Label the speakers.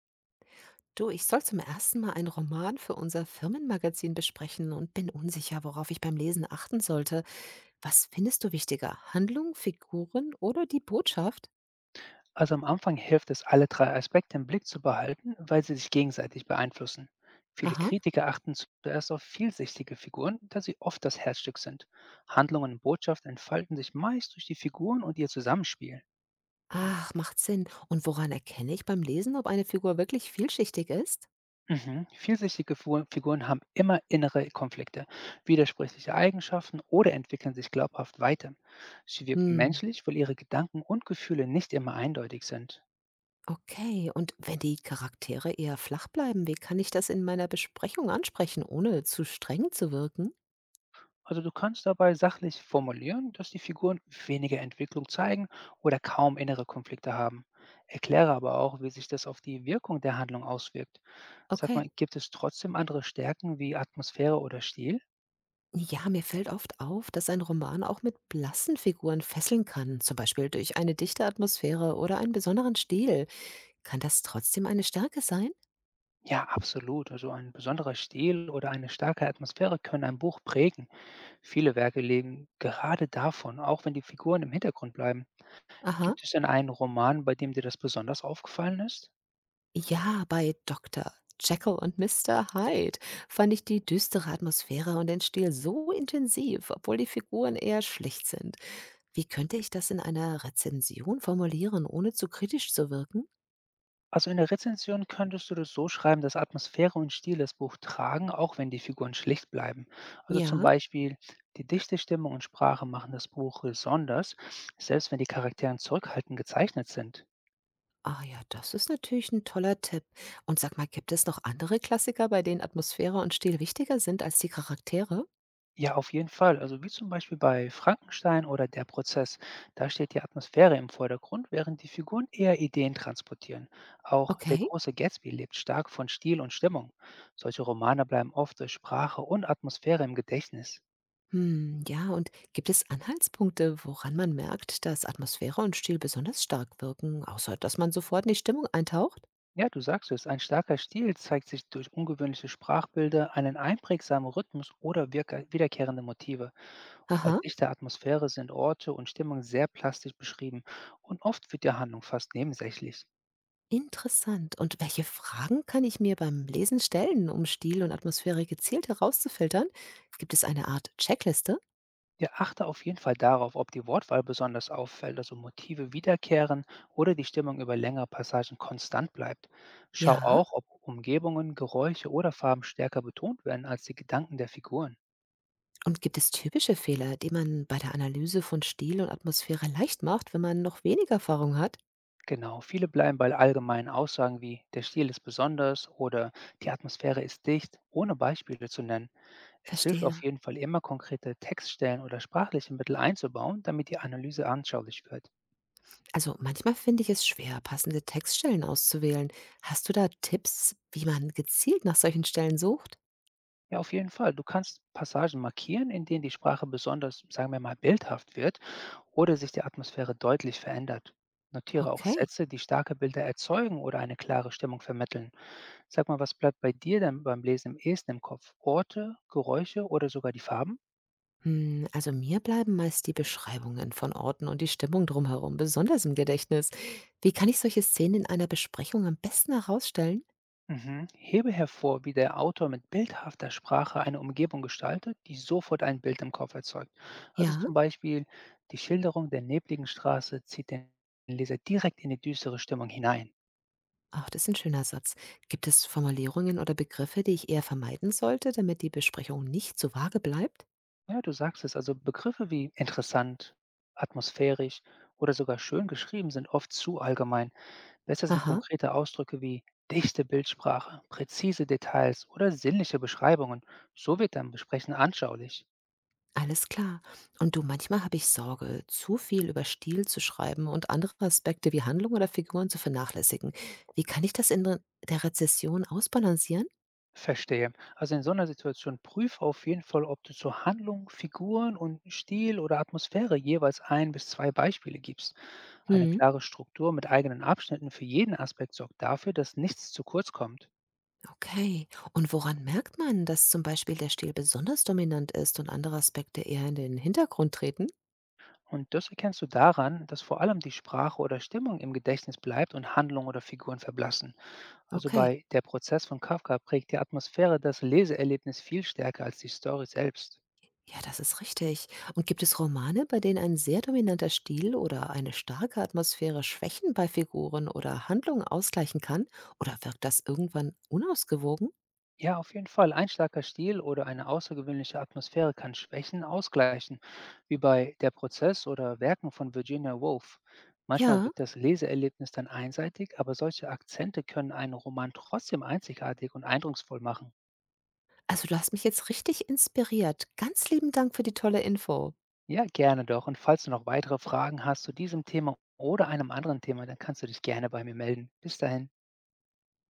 Speaker 1: Du, ich soll zum ersten Mal einen Roman für unser Firmenmagazin besprechen und bin unsicher, worauf ich beim Lesen achten sollte. Was findest du wichtiger? Handlung, Figuren oder die Botschaft?
Speaker 2: Also am Anfang hilft es, alle drei Aspekte im Blick zu behalten, weil sie sich gegenseitig beeinflussen. Viele
Speaker 1: Aha.
Speaker 2: Kritiker achten zuerst auf vielschichtige Figuren, da sie oft das Herzstück sind. Handlungen und Botschaft entfalten sich meist durch die Figuren und ihr Zusammenspiel.
Speaker 1: Ach, macht Sinn. Und woran erkenne ich beim Lesen, ob eine Figur wirklich vielschichtig ist?
Speaker 2: Mhm. Vielschichtige Figuren haben immer innere Konflikte, widersprüchliche Eigenschaften oder entwickeln sich glaubhaft weiter. Sie wirken
Speaker 1: Hm,
Speaker 2: menschlich, weil ihre Gedanken und Gefühle nicht immer eindeutig sind.
Speaker 1: okay. Und wenn die Charaktere eher flach bleiben, wie kann ich das in meiner Besprechung ansprechen, ohne zu streng zu wirken?
Speaker 2: Also du kannst dabei sachlich formulieren, dass die Figuren weniger Entwicklung zeigen oder kaum innere Konflikte haben. Erkläre aber auch, wie sich das auf die Wirkung der Handlung auswirkt. Sag mal,
Speaker 1: Okay.
Speaker 2: gibt es trotzdem andere Stärken wie Atmosphäre oder Stil?
Speaker 1: Ja, mir fällt oft auf, dass ein Roman auch mit blassen Figuren fesseln kann, zum Beispiel durch eine dichte Atmosphäre oder einen besonderen Stil. Kann das trotzdem eine Stärke sein?
Speaker 2: Ja, absolut. Also ein besonderer Stil oder eine starke Atmosphäre können ein Buch prägen. Viele Werke leben gerade davon, auch wenn die Figuren im Hintergrund bleiben.
Speaker 1: Aha.
Speaker 2: Gibt es denn einen Roman, bei dem dir das besonders aufgefallen ist?
Speaker 1: Ja, bei Dr. Jekyll und Mr. Hyde fand ich die düstere Atmosphäre und den Stil so intensiv, obwohl die Figuren eher schlicht sind. Wie könnte ich das in einer Rezension formulieren, ohne zu kritisch zu wirken?
Speaker 2: Also in der Rezension könntest du das so schreiben, dass Atmosphäre und Stil das Buch tragen, auch wenn die Figuren schlicht bleiben. Also zum
Speaker 1: Ja.
Speaker 2: Beispiel, die dichte Stimmung und Sprache machen das Buch besonders, selbst wenn die Charaktere zurückhaltend gezeichnet sind.
Speaker 1: Ah ja, das ist natürlich ein toller Tipp. Und sag mal, gibt es noch andere Klassiker, bei denen Atmosphäre und Stil wichtiger sind als die Charaktere?
Speaker 2: Ja, auf jeden Fall. Also wie zum Beispiel bei Frankenstein oder Der Prozess. Da steht die Atmosphäre im Vordergrund, während die Figuren eher Ideen transportieren. Auch Der
Speaker 1: Okay.
Speaker 2: große Gatsby lebt stark von Stil und Stimmung. Solche Romane bleiben oft durch Sprache und Atmosphäre im Gedächtnis.
Speaker 1: Hm, ja, und gibt es Anhaltspunkte, woran man merkt, dass Atmosphäre und Stil besonders stark wirken, außer dass man sofort in die Stimmung eintaucht?
Speaker 2: Ja, du sagst es, ein starker Stil zeigt sich durch ungewöhnliche Sprachbilder, einen einprägsamen Rhythmus oder wiederkehrende Motive. Und bei
Speaker 1: Aha,
Speaker 2: dichter Atmosphäre sind Orte und Stimmung sehr plastisch beschrieben und oft wird die Handlung fast nebensächlich.
Speaker 1: interessant. Und welche Fragen kann ich mir beim Lesen stellen, um Stil und Atmosphäre gezielt herauszufiltern? Gibt es eine Art Checkliste?
Speaker 2: Ja, achte auf jeden Fall darauf, ob die Wortwahl besonders auffällt, also Motive wiederkehren oder die Stimmung über längere Passagen konstant bleibt. Schau
Speaker 1: Ja.
Speaker 2: auch, ob Umgebungen, Geräusche oder Farben stärker betont werden als die Gedanken der Figuren.
Speaker 1: Und gibt es typische Fehler, die man bei der Analyse von Stil und Atmosphäre leicht macht, wenn man noch wenig Erfahrung hat?
Speaker 2: Genau, viele bleiben bei allgemeinen Aussagen wie der Stil ist besonders oder die Atmosphäre ist dicht, ohne Beispiele zu nennen. Es hilft auf
Speaker 1: Verstehe.
Speaker 2: jeden Fall immer konkrete Textstellen oder sprachliche Mittel einzubauen, damit die Analyse anschaulich wird.
Speaker 1: Also manchmal finde ich es schwer, passende Textstellen auszuwählen. Hast du da Tipps, wie man gezielt nach solchen Stellen sucht?
Speaker 2: Ja, auf jeden Fall. Du kannst Passagen markieren, in denen die Sprache besonders, sagen wir mal, bildhaft wird oder sich die Atmosphäre deutlich verändert. Notiere auch
Speaker 1: Okay.
Speaker 2: Sätze, die starke Bilder erzeugen oder eine klare Stimmung vermitteln. Sag mal, was bleibt bei dir denn beim Lesen am ehesten im Kopf? Orte, Geräusche oder sogar die Farben?
Speaker 1: Hm, also mir bleiben meist die Beschreibungen von Orten und die Stimmung drumherum besonders im Gedächtnis. Wie kann ich solche Szenen in einer Besprechung am besten herausstellen?
Speaker 2: Mhm. Hebe hervor, wie der Autor mit bildhafter Sprache eine Umgebung gestaltet, die sofort ein Bild im Kopf erzeugt. Also
Speaker 1: Ja.
Speaker 2: zum Beispiel die Schilderung der nebligen Straße zieht den Leser direkt in die düstere Stimmung hinein.
Speaker 1: Ach, das ist ein schöner Satz. Gibt es Formulierungen oder Begriffe, die ich eher vermeiden sollte, damit die Besprechung nicht zu vage bleibt?
Speaker 2: Ja, du sagst es, also Begriffe wie interessant, atmosphärisch oder sogar schön geschrieben sind oft zu allgemein. Besser sind
Speaker 1: Aha,
Speaker 2: konkrete Ausdrücke wie dichte Bildsprache, präzise Details oder sinnliche Beschreibungen. So wird dein Besprechen anschaulich.
Speaker 1: alles klar. Und du, manchmal habe ich Sorge, zu viel über Stil zu schreiben und andere Aspekte wie Handlung oder Figuren zu vernachlässigen. Wie kann ich das in der Rezession ausbalancieren?
Speaker 2: Verstehe. Also in so einer Situation prüfe auf jeden Fall, ob du zur Handlung, Figuren und Stil oder Atmosphäre jeweils ein bis zwei Beispiele gibst. Eine
Speaker 1: Mhm,
Speaker 2: klare Struktur mit eigenen Abschnitten für jeden Aspekt sorgt dafür, dass nichts zu kurz kommt.
Speaker 1: okay. Und woran merkt man, dass zum Beispiel der Stil besonders dominant ist und andere Aspekte eher in den Hintergrund treten?
Speaker 2: Und das erkennst du daran, dass vor allem die Sprache oder Stimmung im Gedächtnis bleibt und Handlungen oder Figuren verblassen. Also
Speaker 1: Okay.
Speaker 2: bei Der Prozess von Kafka prägt die Atmosphäre das Leseerlebnis viel stärker als die Story selbst.
Speaker 1: Ja, das ist richtig. Und gibt es Romane, bei denen ein sehr dominanter Stil oder eine starke Atmosphäre Schwächen bei Figuren oder Handlungen ausgleichen kann? Oder wirkt das irgendwann unausgewogen?
Speaker 2: Ja, auf jeden Fall. Ein starker Stil oder eine außergewöhnliche Atmosphäre kann Schwächen ausgleichen, wie bei Der Prozess oder Werken von Virginia Woolf. Manchmal
Speaker 1: Ja,
Speaker 2: wirkt das Leseerlebnis dann einseitig, aber solche Akzente können einen Roman trotzdem einzigartig und eindrucksvoll machen.
Speaker 1: also du hast mich jetzt richtig inspiriert. Ganz lieben Dank für die tolle Info.
Speaker 2: Ja, gerne doch. Und falls du noch weitere Fragen hast zu diesem Thema oder einem anderen Thema, dann kannst du dich gerne bei mir melden. Bis dahin.